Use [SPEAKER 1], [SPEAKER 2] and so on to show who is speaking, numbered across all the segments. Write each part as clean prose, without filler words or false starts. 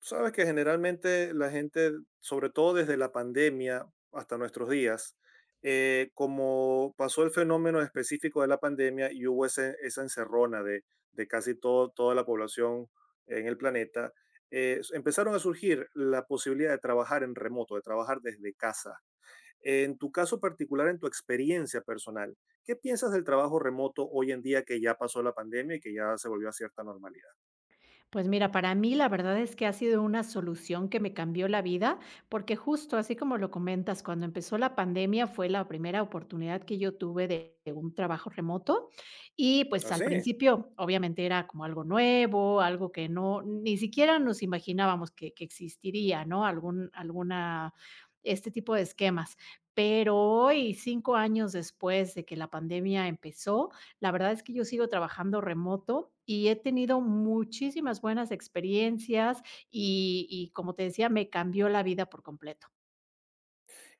[SPEAKER 1] Sabes que generalmente la gente, sobre todo desde la pandemia hasta nuestros días, como pasó el fenómeno específico de la pandemia y hubo esa encerrona de toda la población en el planeta, empezaron a surgir la posibilidad de trabajar en remoto, de trabajar desde casa. En tu caso particular, en tu experiencia personal, ¿qué piensas del trabajo remoto hoy en día que ya pasó la pandemia y que ya se volvió a cierta normalidad?
[SPEAKER 2] Pues mira, para mí la verdad es que ha sido una solución que me cambió la vida, porque justo así como lo comentas, cuando empezó la pandemia fue la primera oportunidad que yo tuve de un trabajo remoto y pues al
[SPEAKER 1] Así.
[SPEAKER 2] principio obviamente era como algo nuevo, algo que no, ni siquiera nos imaginábamos que existiría, ¿no? Algún, alguna, este tipo de esquemas. Pero hoy, 5 años después de que la pandemia empezó, la verdad es que yo sigo trabajando remoto y he tenido muchísimas buenas experiencias y como te decía, me cambió la vida por completo.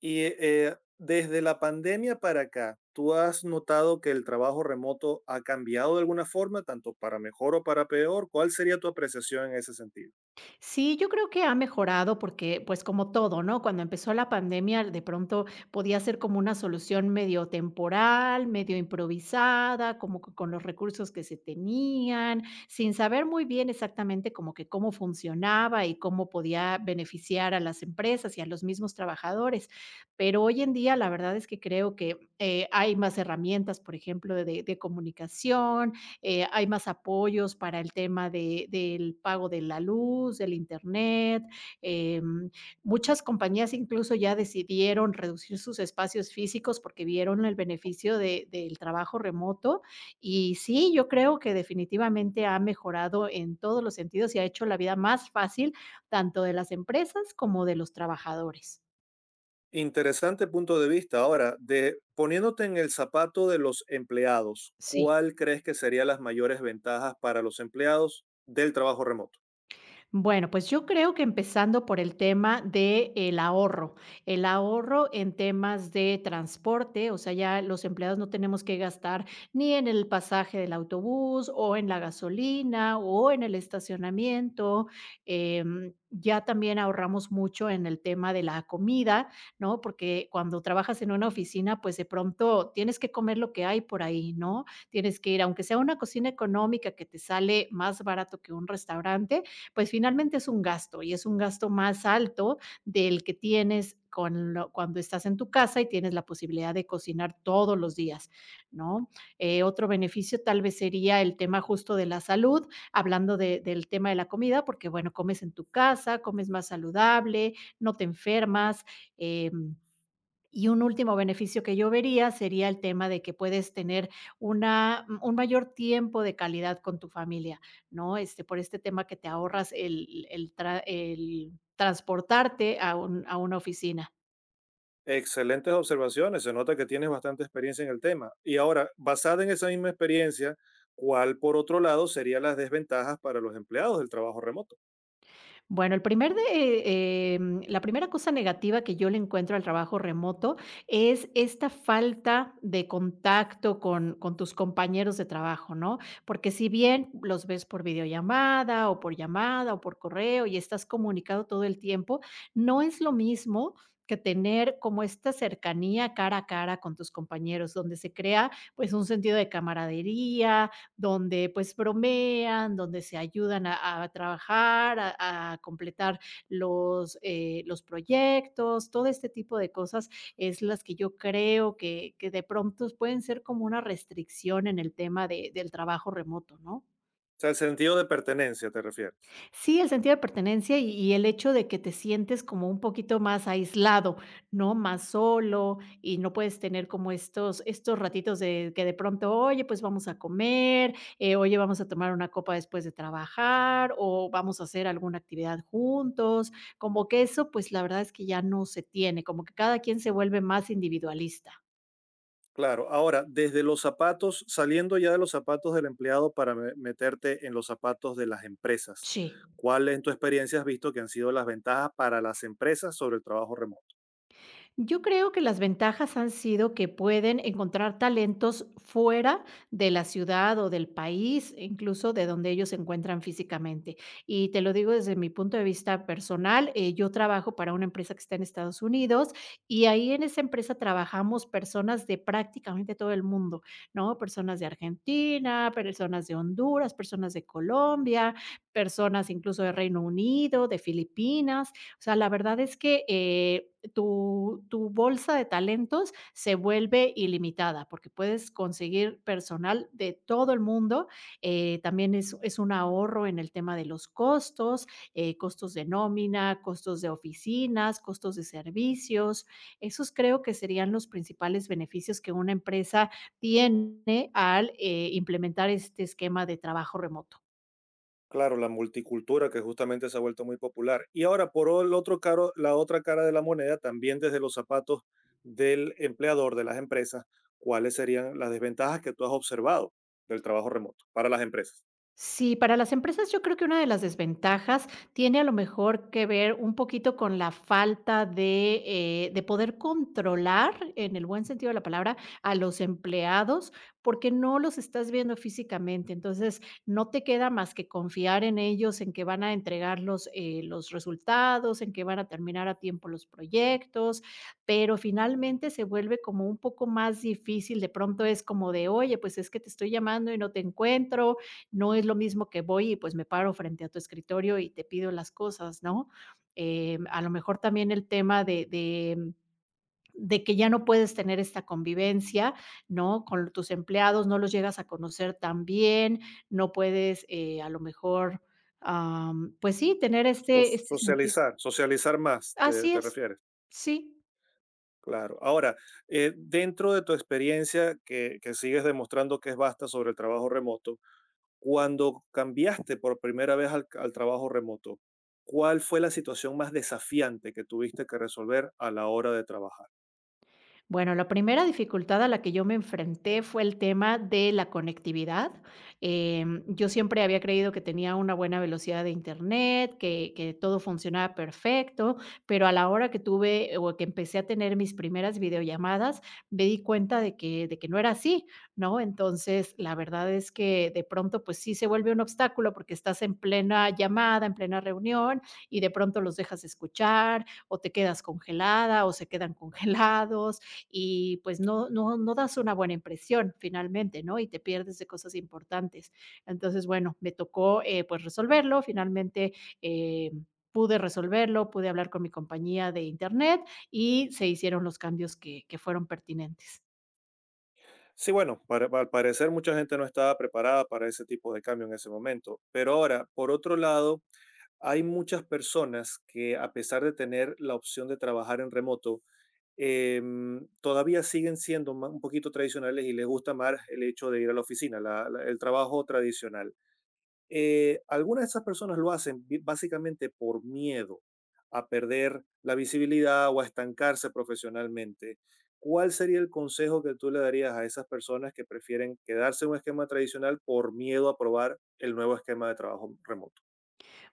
[SPEAKER 1] Y desde la pandemia para acá, ¿tú has notado que el trabajo remoto ha cambiado de alguna forma, tanto para mejor o para peor? ¿Cuál sería tu apreciación en ese sentido?
[SPEAKER 2] Sí, yo creo que ha mejorado porque, pues, como todo, ¿no? Cuando empezó la pandemia, de pronto podía ser como una solución medio temporal, medio improvisada, como que con los recursos que se tenían, sin saber muy bien exactamente como que cómo funcionaba y cómo podía beneficiar a las empresas y a los mismos trabajadores. Pero hoy en día, la verdad es que creo que hay más herramientas, por ejemplo, de comunicación, hay más apoyos para el tema de del pago de la luz, del Internet, em, muchas compañías incluso ya decidieron reducir sus espacios físicos porque vieron el beneficio de del trabajo remoto. Y sí, yo creo que definitivamente ha mejorado en todos los sentidos y ha hecho la vida más fácil, tanto de las empresas como de los trabajadores.
[SPEAKER 1] Interesante punto de vista. Ahora, de, poniéndote en el zapato de los empleados,
[SPEAKER 2] Sí.
[SPEAKER 1] ¿cuál crees que serían las mayores ventajas para los empleados del trabajo remoto?
[SPEAKER 2] Bueno, pues yo creo que empezando por el tema de el ahorro. El ahorro en temas de transporte, o sea, ya los empleados no tenemos que gastar ni en el pasaje del autobús, o en la gasolina, o en el estacionamiento. Ya también ahorramos mucho en el tema de la comida, ¿no? Porque cuando trabajas en una oficina, pues de pronto tienes que comer lo que hay por ahí, ¿no? Tienes que ir, aunque sea una cocina económica que te sale más barato que un restaurante, pues finalmente es un gasto y es un gasto más alto del que tienes con cuando estás en tu casa y tienes la posibilidad de cocinar todos los días, ¿no? Otro beneficio tal vez sería el tema justo de la salud, hablando del tema de la comida, porque bueno, comes en tu casa, comes más saludable, no te enfermas, eh, y un último beneficio que yo vería sería el tema de que puedes tener un mayor tiempo de calidad con tu familia, ¿no? Este, por este tema que te ahorras el transportarte a un a una oficina.
[SPEAKER 1] Excelentes observaciones, se nota que tienes bastante experiencia en el tema. Y ahora, basada en esa misma experiencia, ¿cuál por otro lado serían las desventajas para los empleados del trabajo remoto?
[SPEAKER 2] Bueno, el primer de, em, la primera cosa negativa que yo le encuentro al trabajo remoto es esta falta de contacto con tus compañeros de trabajo, ¿no? Porque si bien los ves por videollamada o por llamada o por correo y estás comunicado todo el tiempo, no es lo mismo que tener como esta cercanía cara a cara con tus compañeros, donde se crea pues un sentido de camaradería, donde pues bromean, donde se ayudan a trabajar, a completar los proyectos, todo este tipo de cosas es las que yo creo que de pronto pueden ser como una restricción en el tema del trabajo remoto, ¿no?
[SPEAKER 1] O sea, el sentido de pertenencia, ¿te refieres?
[SPEAKER 2] Sí, el sentido de pertenencia y el hecho de que te sientes como un poquito más aislado, ¿no? Más solo y no puedes tener como estos ratitos de que de pronto, oye, pues vamos a comer, oye, vamos a tomar una copa después de trabajar o vamos a hacer alguna actividad juntos, como que eso, pues la verdad es que ya no se tiene, como que cada quien se vuelve más individualista.
[SPEAKER 1] Claro, ahora, desde los zapatos, saliendo ya de los zapatos del empleado para meterte en los zapatos de las empresas,
[SPEAKER 2] Sí.
[SPEAKER 1] ¿cuál en tu experiencia has visto que han sido las ventajas para las empresas sobre el trabajo remoto?
[SPEAKER 2] Yo creo que las ventajas han sido que pueden encontrar talentos fuera de la ciudad o del país, incluso de donde ellos se encuentran físicamente. Y te lo digo desde mi punto de vista personal, yo trabajo para una empresa que está en Estados Unidos y ahí en esa empresa trabajamos personas de prácticamente todo el mundo, ¿no? Personas de Argentina, personas de Honduras, personas de Colombia, personas incluso de Reino Unido, de Filipinas. O sea, la verdad es que... tu bolsa de talentos se vuelve ilimitada porque puedes conseguir personal de todo el mundo. También es un ahorro en el tema de los costos, costos de nómina, costos de oficinas, costos de servicios. Esos creo que serían los principales beneficios que una empresa tiene al implementar este esquema de trabajo remoto.
[SPEAKER 1] Claro, la multicultura que justamente se ha vuelto muy popular. Y ahora, por el otro caro, la otra cara de la moneda, también desde los zapatos del empleador, de las empresas, ¿cuáles serían las desventajas que tú has observado del trabajo remoto para las empresas?
[SPEAKER 2] Sí, para las empresas yo creo que una de las desventajas tiene a lo mejor que ver un poquito con la falta de poder controlar, en el buen sentido de la palabra, a los empleados, porque no los estás viendo físicamente. Entonces, no te queda más que confiar en ellos, en que van a entregar los resultados, en que van a terminar a tiempo los proyectos, pero finalmente se vuelve como un poco más difícil. De pronto es como de, oye, pues es que te estoy llamando y no te encuentro no es lo mismo que voy y pues me paro frente a tu escritorio y te pido las cosas, ¿no? A lo mejor también el tema de que ya no puedes tener esta convivencia, ¿no? Con tus empleados, no los llegas a conocer tan bien, no puedes a lo mejor, pues sí, tener este sentido.
[SPEAKER 1] Socializar, socializar más,
[SPEAKER 2] Así
[SPEAKER 1] te
[SPEAKER 2] es,
[SPEAKER 1] refieres.
[SPEAKER 2] sí.
[SPEAKER 1] Claro. Ahora, dentro de tu experiencia que sigues demostrando que es vasta sobre el trabajo remoto, cuando cambiaste por primera vez al trabajo remoto, ¿cuál fue la situación más desafiante que tuviste que resolver a la hora de trabajar?
[SPEAKER 2] Bueno, la primera dificultad a la que yo me enfrenté fue el tema de la conectividad. Yo siempre había creído que tenía una buena velocidad de internet, que todo funcionaba perfecto, pero a la hora que tuve o que empecé a tener mis primeras videollamadas, me di cuenta de que no era así, ¿no? Entonces, la verdad es que de pronto, pues sí se vuelve un obstáculo porque estás en plena llamada, en plena reunión y de pronto los dejas de escuchar o te quedas congelada o se quedan congelados y pues no das una buena impresión finalmente, ¿no? Y te pierdes de cosas importantes. Entonces, bueno, me tocó pues resolverlo, finalmente... eh, pude resolverlo, pude hablar con mi compañía de internet y se hicieron los cambios que fueron pertinentes.
[SPEAKER 1] Sí, bueno, al parecer mucha gente no estaba preparada para ese tipo de cambio en ese momento, pero ahora, por otro lado, hay muchas personas que a pesar de tener la opción de trabajar en remoto, todavía siguen siendo un poquito tradicionales y les gusta más el hecho de ir a la oficina, el trabajo tradicional. Algunas de esas personas lo hacen básicamente por miedo a perder la visibilidad o a estancarse profesionalmente. ¿Cuál sería el consejo que tú le darías a esas personas que prefieren quedarse en un esquema tradicional por miedo a probar el nuevo esquema de trabajo remoto?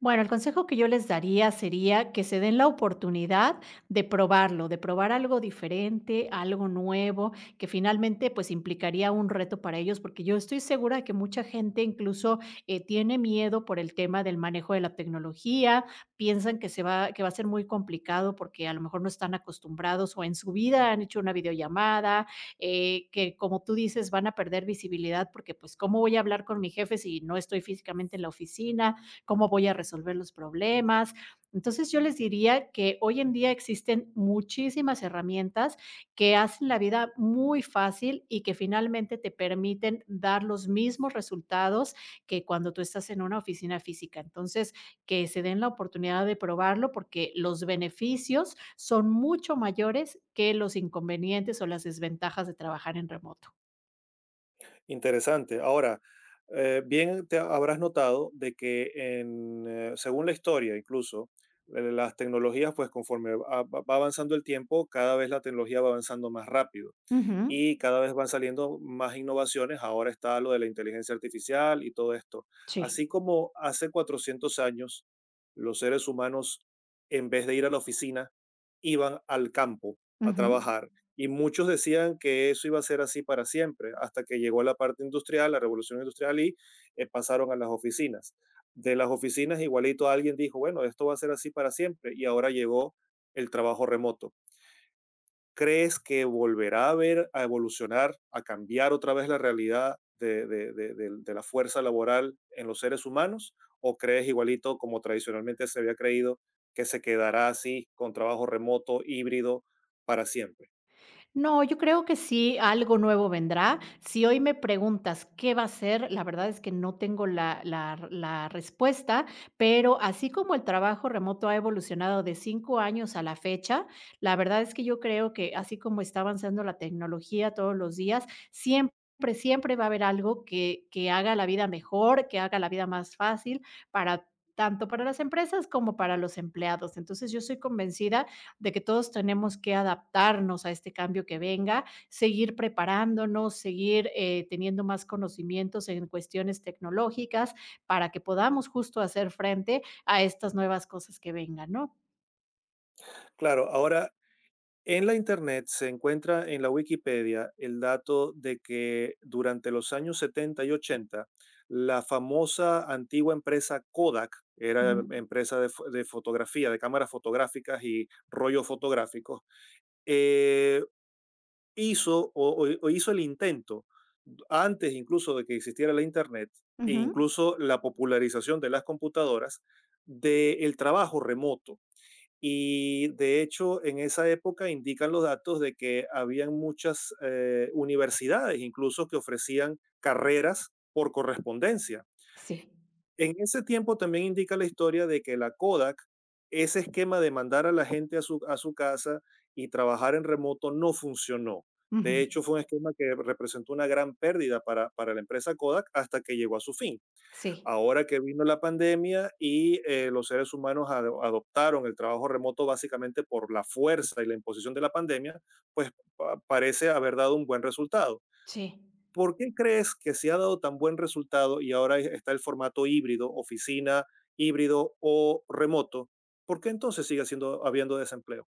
[SPEAKER 2] Bueno, el consejo que yo les daría sería que se den la oportunidad de probarlo, de probar algo diferente, algo nuevo, que finalmente pues implicaría un reto para ellos, porque yo estoy segura de que mucha gente incluso tiene miedo por el tema del manejo de la tecnología, piensan que se va, que va a ser muy complicado porque a lo mejor no están acostumbrados o en su vida han hecho una videollamada, que como tú dices van a perder visibilidad porque pues cómo voy a hablar con mi jefe si no estoy físicamente en la oficina cómo voy a resolver los problemas. Entonces yo les diría que hoy en día existen muchísimas herramientas que hacen la vida muy fácil y que finalmente te permiten dar los mismos resultados que cuando tú estás en una oficina física. Entonces, que se den la oportunidad de probarlo porque los beneficios son mucho mayores que los inconvenientes o las desventajas de trabajar en remoto.
[SPEAKER 1] Interesante. Ahora, bien te habrás notado de que en, según la historia incluso, las tecnologías, pues conforme va avanzando el tiempo, cada vez la tecnología va avanzando más rápido
[SPEAKER 2] Ujú,
[SPEAKER 1] y cada vez van saliendo más innovaciones. Ahora está lo de la inteligencia artificial y todo esto.
[SPEAKER 2] sí.
[SPEAKER 1] Así como hace 400 años los seres humanos, en vez de ir a la oficina, iban al campo a
[SPEAKER 2] Ujú.
[SPEAKER 1] trabajar y muchos decían que eso iba a ser así para siempre, hasta que llegó la parte industrial, la revolución industrial y pasaron a las oficinas. De las oficinas igualito alguien dijo, bueno, esto va a ser así para siempre y ahora llegó el trabajo remoto. ¿Crees que volverá a ver, a evolucionar, a cambiar otra vez la realidad de, de la fuerza laboral en los seres humanos? ¿O crees igualito como tradicionalmente se había creído que se quedará así con trabajo remoto, híbrido, para siempre?
[SPEAKER 2] No, yo creo que sí, algo nuevo vendrá. Si hoy me preguntas qué va a ser, la verdad es que no tengo la respuesta, pero así como el trabajo remoto ha evolucionado de 5 años a la fecha, la verdad es que yo creo que así como está avanzando la tecnología todos los días, siempre, siempre va a haber algo que haga la vida mejor, que haga la vida más fácil para tanto para las empresas como para los empleados. Entonces, yo soy convencida de que todos tenemos que adaptarnos a este cambio que venga, seguir preparándonos, seguir teniendo más conocimientos en cuestiones tecnológicas para que podamos justo hacer frente a estas nuevas cosas que vengan, ¿no?
[SPEAKER 1] Claro, ahora en la Internet se encuentra en la Wikipedia el dato de que durante los años 70 y 80 la famosa antigua empresa Kodak, era
[SPEAKER 2] Ujú,
[SPEAKER 1] empresa de, de fotografía, de cámaras fotográficas y rollos fotográficos, eh, hizo o, o hizo el intento, antes incluso de que existiera la Internet, e
[SPEAKER 2] ujú,
[SPEAKER 1] incluso la popularización de las computadoras, del trabajo remoto y de hecho, en esa época indican los datos de que habían muchas universidades, incluso que ofrecían carreras por correspondencia.
[SPEAKER 2] sí,
[SPEAKER 1] En ese tiempo también indica la historia de que la Kodak, ese esquema de mandar a la gente a a su casa y trabajar en remoto no funcionó. De
[SPEAKER 2] ujú,
[SPEAKER 1] hecho, fue un esquema que representó una gran pérdida para la empresa Kodak hasta que llegó a su fin.
[SPEAKER 2] sí,
[SPEAKER 1] Ahora que vino la pandemia y los seres humanos adoptaron el trabajo remoto básicamente por la fuerza y la imposición de la pandemia, pues parece haber dado un buen resultado.
[SPEAKER 2] sí.
[SPEAKER 1] ¿Por qué crees que se ha dado tan buen resultado y ahora está el formato híbrido, oficina, híbrido o remoto? ¿Por qué entonces sigue siendo, habiendo desempleo?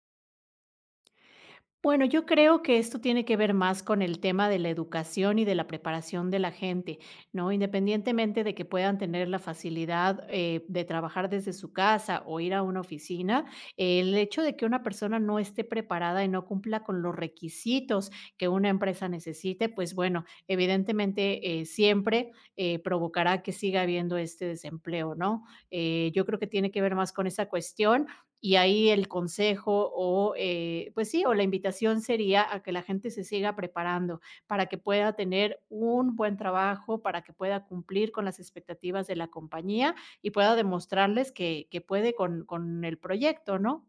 [SPEAKER 2] Bueno, yo creo que esto tiene que ver más con el tema de la educación y de la preparación de la gente, ¿no? Independientemente de que puedan tener la facilidad de trabajar desde su casa o ir a una oficina, el hecho de que una persona no esté preparada y no cumpla con los requisitos que una empresa necesite, pues bueno, evidentemente siempre provocará que siga habiendo este desempleo, ¿no? Yo creo que tiene que ver más con esa cuestión y ahí el consejo o, pues sí, o la invitación sería a que la gente se siga preparando para que pueda tener un buen trabajo, para que pueda cumplir con las expectativas de la compañía y pueda demostrarles que puede con el proyecto, ¿no?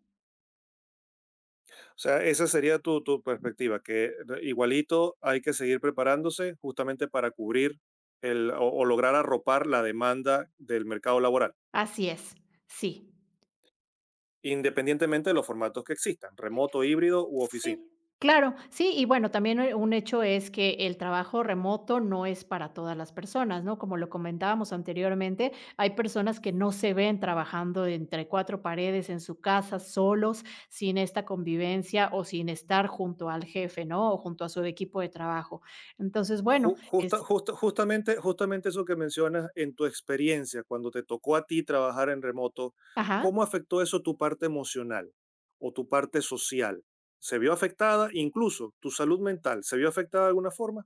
[SPEAKER 1] O sea, esa sería tu perspectiva, que igualito hay que seguir preparándose justamente para cubrir el, o lograr arropar la demanda del mercado laboral,
[SPEAKER 2] Así es, sí.
[SPEAKER 1] independientemente de los formatos que existan, remoto, híbrido u oficina.
[SPEAKER 2] Sí, claro, sí, y bueno, también un hecho es que el trabajo remoto no es para todas las personas, ¿no? Como lo comentábamos anteriormente, hay personas que no se ven trabajando entre cuatro paredes en su casa, solos, sin esta convivencia o sin estar junto al jefe, ¿no? O junto a su equipo de trabajo. Entonces, bueno, es...
[SPEAKER 1] Justamente justamente eso que mencionas en tu experiencia, cuando te tocó a ti trabajar en remoto,
[SPEAKER 2] Ajá.
[SPEAKER 1] ¿cómo afectó eso tu parte emocional o tu parte social? ¿Se vio afectada incluso tu salud mental? ¿Se vio afectada de alguna forma?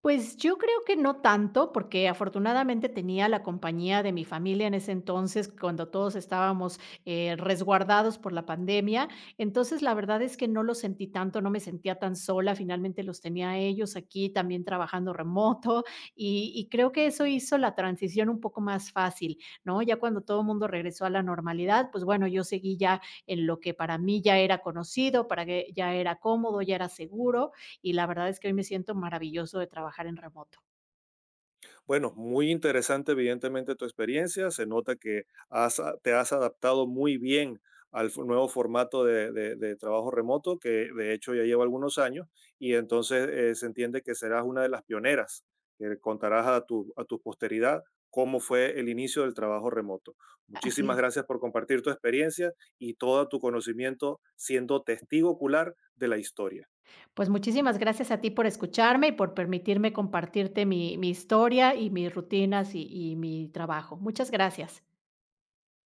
[SPEAKER 2] Pues yo creo que no tanto, porque afortunadamente tenía la compañía de mi familia en ese entonces, cuando todos estábamos resguardados por la pandemia. Entonces, la verdad es que no lo sentí tanto, no me sentía tan sola. Finalmente los tenía a ellos aquí también trabajando remoto y creo que eso hizo la transición un poco más fácil, ¿no? Ya cuando todo el mundo regresó a la normalidad, pues bueno, yo seguí ya en lo que para mí ya era conocido, para que ya era cómodo, ya era seguro y la verdad es que hoy me siento maravilloso de trabajar en remoto.
[SPEAKER 1] Bueno, muy interesante evidentemente tu experiencia, se nota que te has adaptado muy bien al nuevo formato de, de trabajo remoto, que de hecho ya lleva algunos años, y entonces se entiende que serás una de las pioneras, que contarás a a tu posteridad cómo fue el inicio del trabajo remoto.
[SPEAKER 2] Así
[SPEAKER 1] Muchísimas
[SPEAKER 2] es.
[SPEAKER 1] gracias por compartir tu experiencia y todo tu conocimiento siendo testigo ocular de la historia.
[SPEAKER 2] Pues muchísimas gracias a ti por escucharme y por permitirme compartirte mi historia y mis rutinas y mi trabajo. Muchas gracias.